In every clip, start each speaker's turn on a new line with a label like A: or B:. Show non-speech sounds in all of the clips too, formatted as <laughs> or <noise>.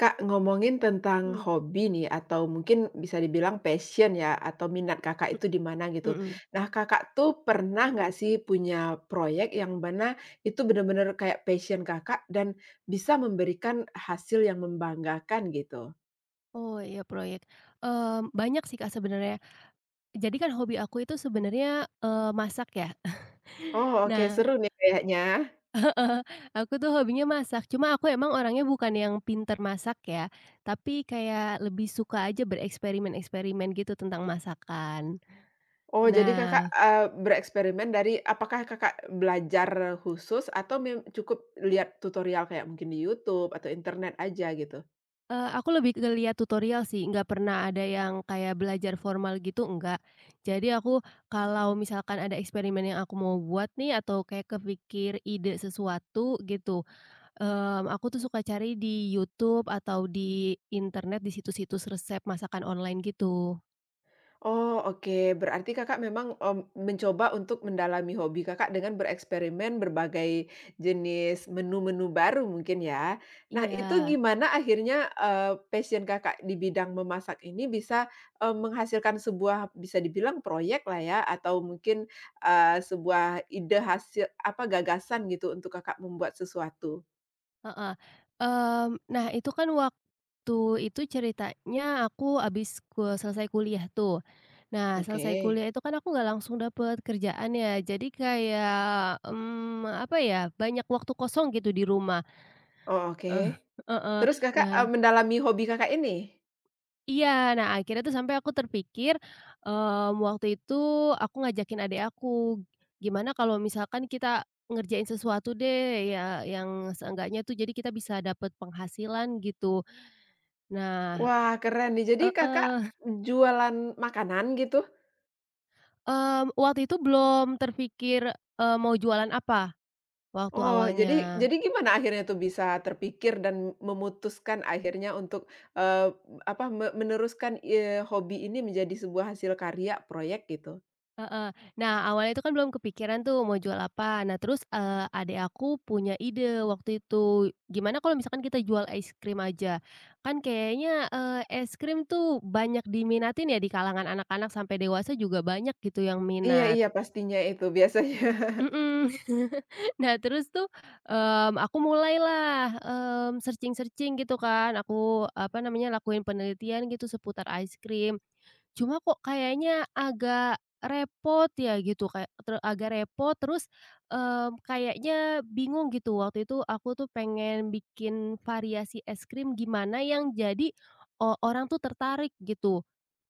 A: Kak, ngomongin tentang
B: Mmm,
A: hobi nih atau mungkin bisa dibilang passion ya atau minat Kakak itu di mana
B: m
A: gitu.
B: mhm.
A: Nah, Kakak tuh pernah nggak sih punya proyek yang mana itu benar-benar kayak passion Kakak dan bisa memberikan hasil yang membanggakan gitu?
B: Oh iya, proyek, banyak sih Kak sebenarnya. Jadi kan hobi aku itu sebenarnya, masak ya.
A: Oh,
B: <laughs>
A: oke
B: Nah,
A: seru nih kayaknya.
B: heeh, aku tuh hobinya masak, cuma aku emang orangnya bukan yang pinter masak ya, tapi kayak lebih suka aja bereksperimen-eksperimen gitu tentang masakan.
A: Oh, jadi Kakak,
B: Nah,
A: bereksperimen dari apakah Kakak belajar khusus atau cukup lihat tutorial kayak mungkin di YouTube atau internet aja gitu?
B: Aku lebih ke lihat tutorial sih, nggak pernah ada yang kayak belajar formal gitu, enggak. Jadi aku kalau misalkan ada eksperimen yang aku mau buat nih atau kayak kepikir ide sesuatu gitu, aku tuh suka cari di YouTube atau di internet, di situs-situs resep masakan online gitu.
A: Oh, oke. Berarti Kakak memang, mencoba untuk mendalami hobi Kakak dengan bereksperimen berbagai jenis menu-menu baru mungkin ya. Nah, itu
B: Iya.
A: gimana akhirnya, passion Kakak di bidang memasak ini bisa, menghasilkan sebuah bisa dibilang proyek lah ya atau mungkin, sebuah ide hasil apa, gagasan gitu untuk Kakak membuat sesuatu?
B: Heeh, nah itu kan waktu itu ceritanya aku abis selesai kuliah tuh. Nah,
A: Oke.
B: selesai kuliah itu kan aku nggak langsung dapet kerjaan ya, jadi kayak, apa ya, banyak waktu kosong gitu di rumah.
A: Oh, oke.
B: Eh, heeh.
A: Terus Kakak,
B: Nah
A: mendalami hobi Kakak ini?
B: iya, nah akhirnya tuh sampai aku terpikir, waktu itu aku ngajakin adik aku, "Gimana kalau misalkan kita ngerjain sesuatu deh ya yang seenggaknya tuh jadi kita bisa dapet penghasilan," gitu. Nah,
A: Wah, keren nih. Jadi Kakak
B: heeh,
A: jualan makanan gitu?
B: waktu itu belum terpikir, mau jualan apa, waktu
A: Oh, jadi
B: awalnya.
A: jadi gimana akhirnya tuh bisa terpikir dan memutuskan akhirnya untuk, eee, apa, meneruskan, hobi ini menjadi sebuah hasil karya, proyek gitu?
B: Heeh. Nah, awalnya itu kan belum kepikiran tuh mau jual apa. Nah terus, adek aku punya ide waktu itu, gimana kalau misalkan kita jual es krim aja? Kan kayaknya, es krim tuh banyak diminatin ya di kalangan anak-anak sampai dewasa juga banyak gitu yang
A: Iya
B: minat.
A: iya, pastinya itu biasanya.
B: Mhm. Nah, terus tuh, aku mulailah, searching-searching gitu kan, aku, apa namanya, lakuin penelitian gitu seputar ice cream. Cuma kok kayaknya agak repot ya gitu, kayak agak repot terus, kayaknya bingung gitu. Waktu itu aku tuh pengen bikin variasi es krim gimana yang jadi, orang tuh tertarik gitu.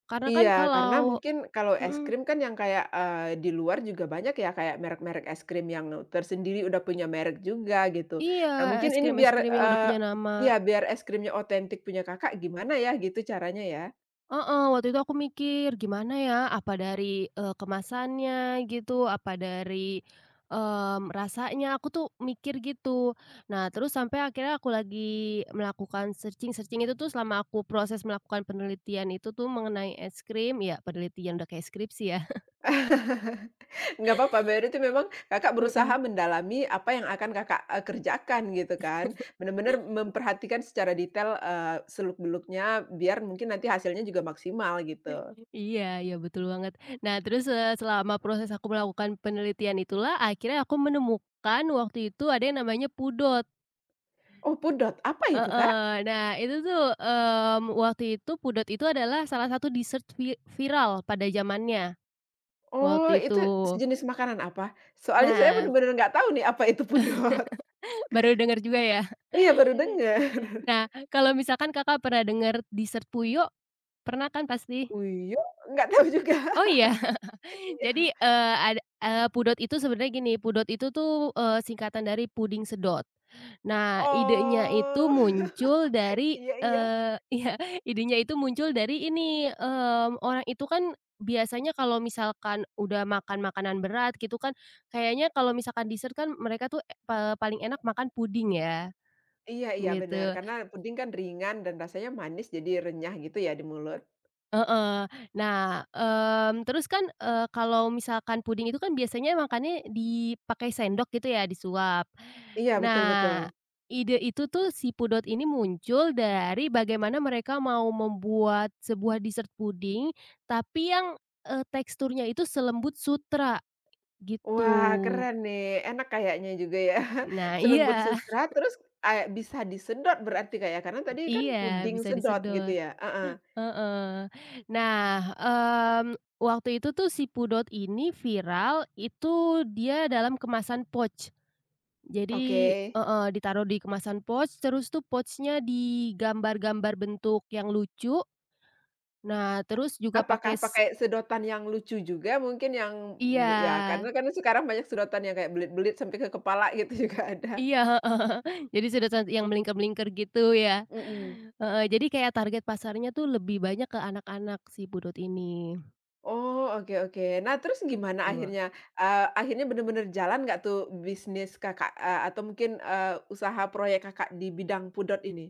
B: Karena
A: Iya,
B: kan
A: karena
B: kalau,
A: mungkin kalau es
B: mhm,
A: krim kan yang kayak, di luar juga banyak ya, kayak merek-merek es krim yang tersendiri udah punya merek juga gitu.
B: iya,
A: Nah mungkin
B: es
A: ini
B: krim-es
A: biar,
B: krim yang udah punya
A: iya
B: nama.
A: biar es krimnya otentik punya Kakak gimana ya gitu caranya ya?
B: Heeh, waktu itu aku mikir, "Gimana ya? Apa dari, kemasannya gitu? Apa dari, rasanya?" Aku tuh mikir gitu. Nah, terus sampai akhirnya aku lagi melakukan searching-searching itu tuh selama aku proses melakukan penelitian itu tuh mengenai es krim, ya penelitian udah kayak skripsi ya. <laughs>
A: <laughs> Nggak apa-apa, berarti memang Kakak berusaha
B: Heeh.
A: mendalami apa yang akan Kakak, kerjakan gitu kan. Benar-benar memperhatikan secara detail, seluk beluknya biar mungkin nanti hasilnya juga maksimal gitu.
B: Iya iya, betul banget. Nah, terus, selama proses aku melakukan penelitian itulah akhirnya aku menemukan waktu itu ada yang namanya pudot.
A: Oh pudot, apa itu Kak?
B: Heeh. Nah, itu tuh, waktu itu pudot itu adalah salah satu dessert viral pada zamannya, waktu
A: Oh,
B: itu.
A: itu sejenis makanan apa? Soalnya saya
B: Nah,
A: bener-bener nggak tahu nih apa itu pudot. <laughs>
B: <laughs> baru dengar juga ya?
A: Iya, baru
B: <laughs>
A: dengar.
B: Nah, kalau misalkan Kakak pernah dengar dessert puyuh, pernah kan pasti?
A: Uyuk, <laughs> nggak tahu juga.
B: Oh iya? <laughs> Jadi,
A: Iya.
B: ada pudot itu sebenarnya gini, pudot itu tuh, singkatan dari puding sedot. Nah, idenya
A: Oh. <laughs>
B: itu muncul dari,
A: Iya iya.
B: <laughs> iya, idenya itu muncul dari ini, orang itu kan biasanya kalau misalkan udah makan makanan berat gitu kan, kayaknya kalau misalkan dessert kan mereka tuh, paling enak makan puding ya,
A: Iya iya, benar.
B: gitu.
A: Karena puding kan ringan dan rasanya manis jadi renyah gitu ya di mulut.
B: Heeh. Nah, terus kan, kalau misalkan puding itu kan biasanya makannya dipakai sendok gitu ya, disuap.
A: Iya, betul betul.
B: Nah, ide itu tuh si Pudot ini muncul dari bagaimana mereka mau membuat sebuah dessert puding, tapi yang, teksturnya itu selembut sutra,
A: Wah,
B: gitu.
A: keren nih, enak kayaknya juga ya.
B: Nah
A: <laughs> Selembut
B: iya,
A: sutra terus, bisa disedot berarti kayak karena tadi
B: <laughs>
A: kan
B: iya,
A: puding
B: bisa
A: sedot gitu
B: disedot.
A: ya? Heeh.
B: Heeh. Nah, waktu itu tuh si Pudot ini viral itu dia dalam kemasan pouch.
A: Oke.
B: Jadi eh ditaruh di kemasan pouch, terus tuh pouchnya digambar-gambar bentuk yang lucu. Nah, terus juga pakai
A: Apakah pakai sedotan yang lucu juga mungkin yang
B: iya,
A: ya karena kan sekarang banyak sedotan yang kayak belit-belit sampai ke kepala <laughs> gitu juga ada.
B: iya. <laughs> Jadi sudah yang melingkar-melingkar gitu ya.
A: Mhm.
B: Heeh, jadi kayak target pasarnya tuh lebih banyak ke anak-anak si Pudot ini,
A: Oh, oke oke. Nah, terus gimana
B: gitu.
A: akhirnya? Akhirnya bener-bener jalan nggak tuh bisnis Kakak, atau mungkin, usaha proyek Kakak di bidang pudot ini?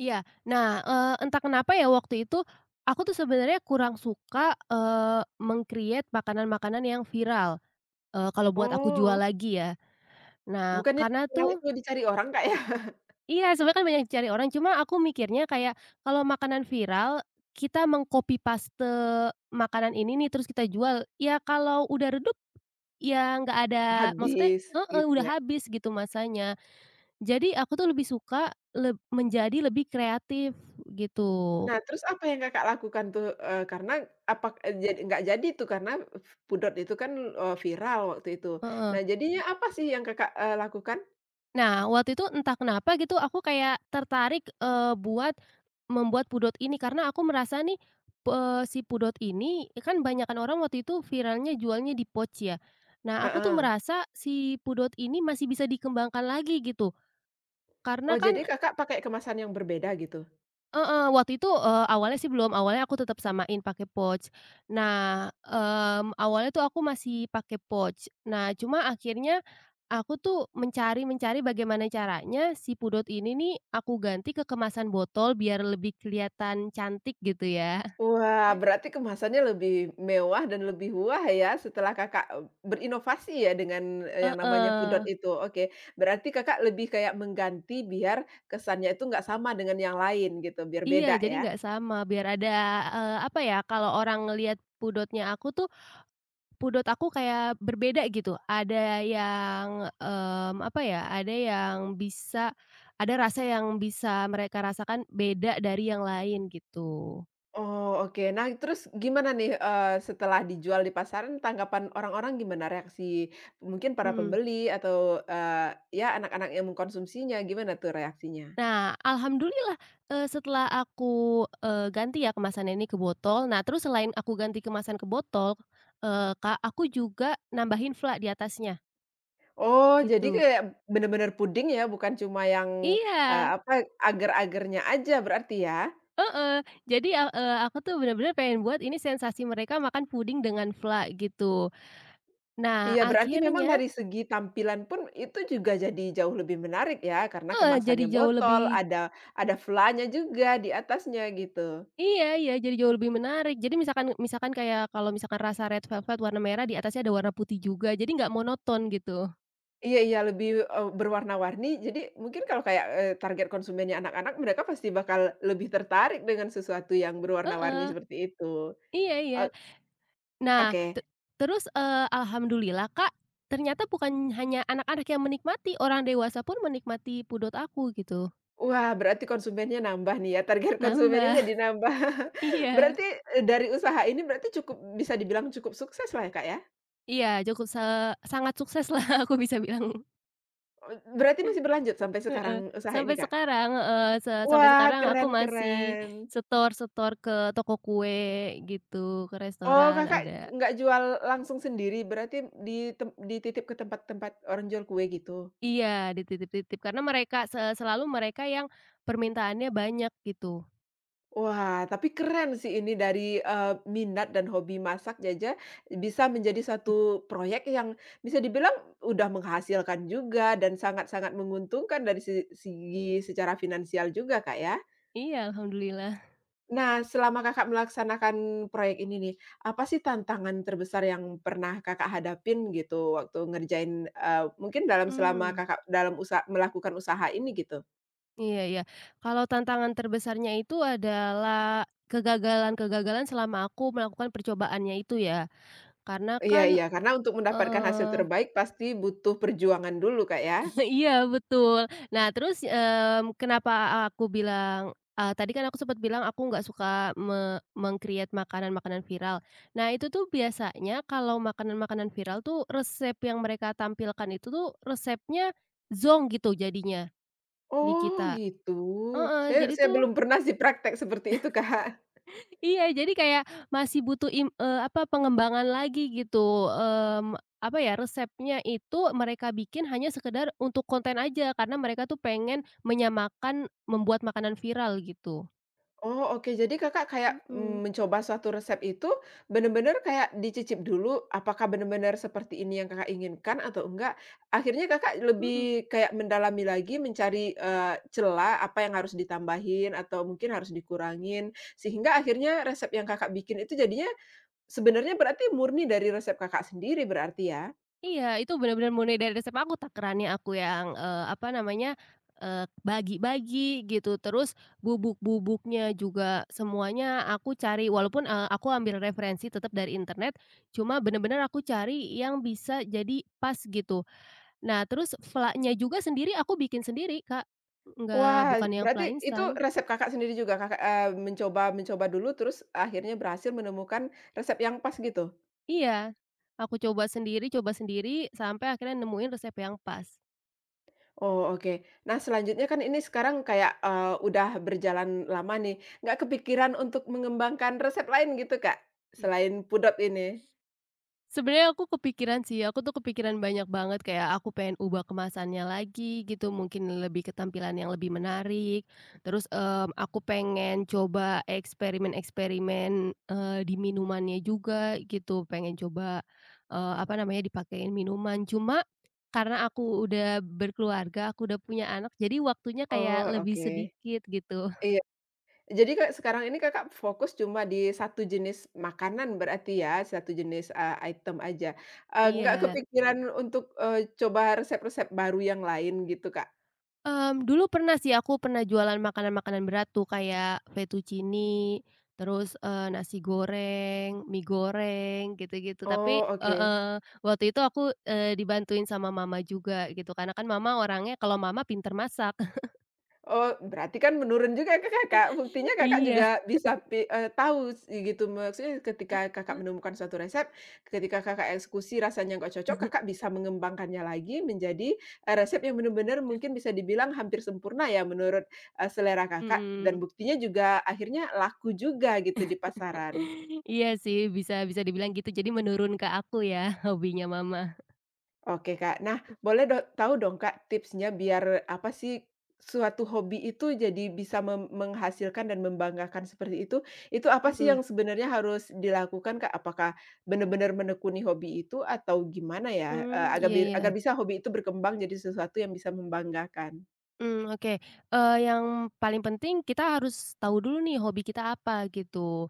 B: Iya. Nah, entah kenapa ya waktu itu, aku tuh sebenarnya kurang suka, meng-create makanan-makanan yang viral, kalau buat aku jual
A: Oh,
B: lagi ya. Nah,
A: bukannya
B: karena
A: yang
B: tuh
A: itu dicari orang Kak ya? <laughs>
B: iya, sebenarnya kan banyak dicari orang, cuma aku mikirnya kayak kalau makanan viral, kita meng-copy paste makanan ini nih terus kita jual, ya kalau udah redup, ya nggak ada maksudnya,
A: Habis
B: heeh,
A: gitu
B: udah
A: ya?
B: habis gitu masanya. Jadi aku tuh lebih suka menjadi lebih kreatif gitu.
A: Nah, terus apa yang Kakak lakukan tuh? Karena apa jadi nggak jadi tuh karena pudot itu kan, viral waktu itu.
B: Heeh.
A: Nah, jadinya apa sih yang Kakak, lakukan?
B: Nah, waktu itu entah kenapa gitu aku kayak tertarik, buat membuat pudot ini karena aku merasa nih, si pudot ini kan banyakan orang waktu itu viralnya jualnya di pouch ya. Nah, aku tuh
A: Heeh.
B: merasa si pudot ini masih bisa dikembangkan lagi gitu,
A: Oh,
B: karena
A: jadi
B: kan,
A: Kakak pakai kemasan yang berbeda gitu?
B: heeh, waktu itu, awalnya sih belum, awalnya aku tetap samain pakai pouch. Nah, awalnya tuh aku masih pakai pouch. Nah, cuma akhirnya aku tuh mencari-mencari bagaimana caranya si pudot ini nih aku ganti ke kemasan botol biar lebih kelihatan cantik gitu ya.
A: Wah, berarti kemasannya lebih mewah dan lebih wah ya setelah Kakak, berinovasi ya dengan, yang namanya
B: Heeh.
A: pudot itu. Oke, berarti Kakak lebih kayak mengganti biar kesannya itu nggak sama dengan yang lain gitu, biar beda
B: Iya, jadi
A: ya?
B: nggak sama biar ada, apa ya, kalau orang ngelihat pudotnya aku tuh Pudot aku kayak berbeda gitu, ada yang, apa ya, ada rasa yang bisa mereka rasakan beda dari yang lain gitu,
A: Oh, oke. Nah, terus gimana nih, setelah dijual di pasaran tanggapan orang-orang gimana? Reaksi mungkin para
B: mhm.
A: pembeli atau, ya anak-anak yang mengkonsumsinya, gimana tuh reaksinya?
B: Nah, alhamdulillah, setelah aku, ganti ya kemasan ini ke botol, nah terus selain aku ganti kemasan ke botol, Kak, aku juga nambahin fla di atasnya,
A: Oh, jadi
B: gitu.
A: kayak bener-bener puding ya, bukan cuma yang,
B: Iya,
A: apa, agar-agarnya aja berarti ya?
B: heeh, jadi, aku tuh benar-benar pengen buat ini sensasi mereka makan puding dengan fla gitu. Nah,
A: Iya, berarti memang
B: akhirnya,
A: dari segi tampilan pun itu juga jadi jauh lebih menarik ya, karena
B: heeh, jadi
A: kemasannya
B: jauh
A: botol,
B: lebih
A: ada flanya juga di atasnya gitu.
B: iya iya, jadi jauh lebih menarik. Jadi misalkan misalkan kayak kalau misalkan rasa red velvet warna merah, di atasnya ada warna putih juga, jadi nggak monoton gitu.
A: Iya iya, lebih, berwarna-warni. Jadi mungkin kalau kayak, target konsumennya anak-anak, mereka pasti bakal lebih tertarik dengan sesuatu yang berwarna-warni
B: Heeh,
A: seperti itu.
B: iya iya.
A: O
B: Nah,
A: oke.
B: te terus, alhamdulillah, Kak, ternyata bukan hanya anak-anak yang menikmati, orang dewasa pun menikmati pudot aku gitu,
A: Wah, berarti konsumennya nambah nih ya, target <laughs> konsumennya
B: nambah.
A: jadi
B: <laughs>
A: nambah.
B: Iya
A: Berarti, dari usaha ini berarti cukup bisa dibilang cukup sukseslah ya, Kak, ya?
B: iya, cukup sangat sukses lah <laughs> aku bisa bilang.
A: Berarti masih berlanjut sampai sekarang
B: Heeh.
A: usaha ini,
B: Sampai
A: Kak?
B: sekarang heeh, sampai
A: Wah,
B: sekarang aku
A: keren
B: masih
A: keren.
B: setor-setor ke toko kue gitu, ke
A: Oh,
B: restoran
A: Kakak
B: ada.
A: nggak jual langsung sendiri, berarti dititip ke tempat-tempat orang jual kue gitu?
B: Iya, dititip-titip karena mereka selalu mereka yang permintaannya banyak gitu.
A: Wah, tapi keren sih ini dari, minat dan hobi masak bisa menjadi satu proyek yang bisa dibilang udah menghasilkan juga dan sangat-sangat menguntungkan dari segi secara finansial juga, Kak, ya.
B: Iya, alhamdulillah.
A: Nah, selama Kakak melaksanakan proyek ini nih, apa sih tantangan terbesar yang pernah Kakak hadapin gitu waktu ngerjain, mungkin dalam selama
B: Mmm.
A: Kakak dalam melakukan usaha ini gitu?
B: Iya iya. Kalau tantangan terbesarnya itu adalah kegagalan-kegagalan selama aku melakukan percobaannya itu ya. Karena
A: Iya
B: kan,
A: iya, karena untuk mendapatkan hasil
B: eee
A: terbaik pasti butuh perjuangan dulu, Kak, ya?
B: <laughs> iya, betul. Nah terus, kenapa aku bilang, tadi kan aku sempat bilang aku nggak suka meng-create makanan-makanan viral. Nah itu tuh biasanya kalau makanan-makanan viral tuh resep yang mereka tampilkan itu tuh resepnya zonk gitu jadinya di
A: Oh
B: kita.
A: gitu.
B: Heeh,
A: Saya
B: jadi
A: saya
B: tuh,
A: belum pernah sih praktek seperti itu, Kak.
B: iya, jadi kayak masih butuh apa, pengembangan lagi gitu, mmm, apa ya, resepnya itu mereka bikin hanya sekedar untuk konten aja, karena mereka tuh pengen menyamakan membuat makanan viral gitu.
A: Oh oke, jadi Kakak kayak,
B: Mhm
A: mencoba suatu resep itu benar-benar kayak dicicip dulu, apakah benar-benar seperti ini yang Kakak inginkan atau enggak? Akhirnya Kakak
B: mhm.
A: lebih kayak mendalami lagi mencari, celah apa yang harus ditambahin atau mungkin harus dikurangin, sehingga akhirnya resep yang Kakak bikin itu jadinya sebenarnya berarti murni dari resep Kakak sendiri berarti ya?
B: Iya, itu benar-benar mulai dari resep aku, takarannya aku yang, apa namanya, bagi-bagi gitu, terus bubuk-bubuknya juga semuanya aku cari walaupun, aku ambil referensi tetap dari internet, cuma benar-benar aku cari yang bisa jadi pas gitu. Nah terus vlanya juga sendiri aku bikin sendiri, Kak, nggak
A: Wah,
B: bukan yang
A: berarti
B: vla
A: itu
B: instan.
A: resep Kakak sendiri juga, Kakak, mencoba mencoba dulu terus akhirnya berhasil menemukan resep yang pas gitu?
B: Iya, aku coba sendiri sampai akhirnya nemuin resep yang pas.
A: Oh, oke. Nah, selanjutnya kan ini sekarang kayak, udah berjalan lama nih, nggak kepikiran untuk mengembangkan resep lain gitu, Kak, selain pudot ini?
B: Sebenarnya aku kepikiran sih, aku tuh kepikiran banyak banget kayak aku pengen ubah kemasannya lagi gitu, mungkin lebih ke tampilan yang lebih menarik. Terus, aku pengen coba eksperimen-eksperimen, di minumannya juga gitu, pengen coba, apa namanya, dipakein minuman. Cuma karena aku udah berkeluarga, aku udah punya anak, jadi waktunya
A: Oh,
B: kayak lebih
A: oke.
B: sedikit gitu.
A: Iya.
B: <laughs>
A: Jadi Kak, sekarang ini Kakak fokus cuma di satu jenis makanan berarti ya, satu jenis, item aja, nggak
B: Iya.
A: kepikiran untuk, coba resep-resep baru yang lain gitu, Kak?
B: Dulu pernah sih aku pernah jualan makanan-makanan berat tuh kayak fettuccine, terus, nasi goreng, mie goreng, gitu-gitu. Tapi
A: Oh, oke.
B: heeh, waktu itu aku, dibantuin sama mama juga gitu, karena kan mama orangnya kalau mama pinter masak. <laughs>
A: Oh, berarti kan menurun juga ke Kakak, buktinya Kakak
B: Iya.
A: juga bisa tahu gitu, maksudnya ketika Kakak menemukan suatu resep, ketika Kakak eksekusi rasanya nggak cocok, Kakak bisa mengembangkannya lagi menjadi, resep yang benar-benar mungkin bisa dibilang hampir sempurna ya menurut, selera Kakak, dan
B: Mhm.
A: buktinya juga akhirnya laku juga gitu di pasaran.
B: Iya sih, bisa bisa dibilang gitu. Jadi menurun ke aku ya hobinya mama.
A: Oke, Kak. Nah, boleh tahu dong, Kak, tipsnya biar apa sih, suatu hobi itu jadi bisa menghasilkan dan membanggakan seperti itu apa sih yang
B: Mhm.
A: sebenarnya harus dilakukan, Kak? Apakah benar-benar menekuni hobi itu atau gimana ya,
B: Mmm,
A: agar
B: iya iya.
A: agar bisa hobi itu berkembang jadi sesuatu yang bisa membanggakan?
B: Oke, yang paling penting kita harus tahu dulu nih hobi kita apa gitu.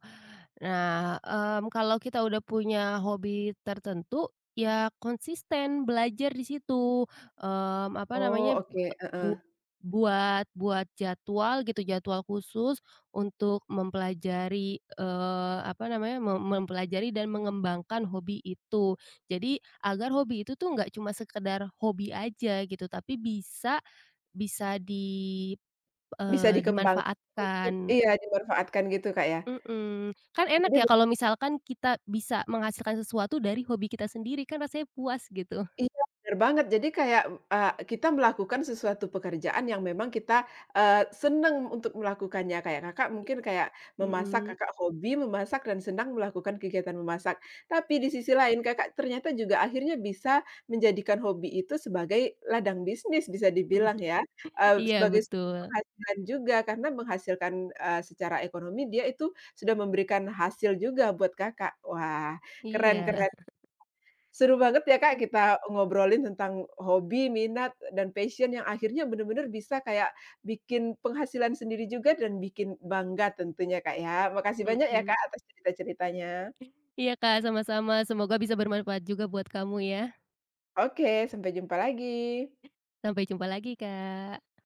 B: Nah, kalau kita udah punya hobi tertentu, ya konsisten belajar di situ, apa
A: Oh,
B: namanya, b
A: oke,
B: bu
A: heeh.
B: buat buat jadwal gitu, jadwal khusus untuk mempelajari, apa namanya, mempelajari dan mengembangkan hobi itu. Jadi agar hobi itu tuh nggak cuma sekedar hobi aja gitu, tapi bisa bisa di,
A: Bisa
B: eee,
A: untuk
B: dimanfaatkan,
A: iya, dimanfaatkan gitu, Kak, ya.
B: mhm. Kan enak
A: Jadi
B: ya kalau misalkan kita bisa menghasilkan sesuatu dari hobi kita sendiri, kan rasanya puas gitu.
A: Iya, bener banget. Jadi kayak, kita melakukan sesuatu pekerjaan yang memang kita, seneng untuk melakukannya. Kayak Kakak mungkin kayak memasak,
B: Mhm.
A: Kakak hobi memasak dan senang melakukan kegiatan memasak. Tapi di sisi lain Kakak ternyata juga akhirnya bisa menjadikan hobi itu sebagai ladang bisnis bisa dibilang ya,
B: Iya
A: sebagai sumber
B: betul.
A: penghasilan juga karena menghasilkan, secara ekonomi dia itu sudah memberikan hasil juga buat Kakak. Wah, keren
B: Iya.
A: keren. Seru banget ya Kak, kita ngobrolin tentang hobi, minat, dan passion yang akhirnya bener-bener bisa kayak bikin penghasilan sendiri juga dan bikin bangga tentunya Kak ya. Makasih banyak ya
B: Mhm.
A: Kak atas cerita-ceritanya.
B: Iya, Kak, sama-sama, semoga bisa bermanfaat juga buat kamu ya.
A: Oke, sampai jumpa lagi.
B: Sampai jumpa lagi, Kak.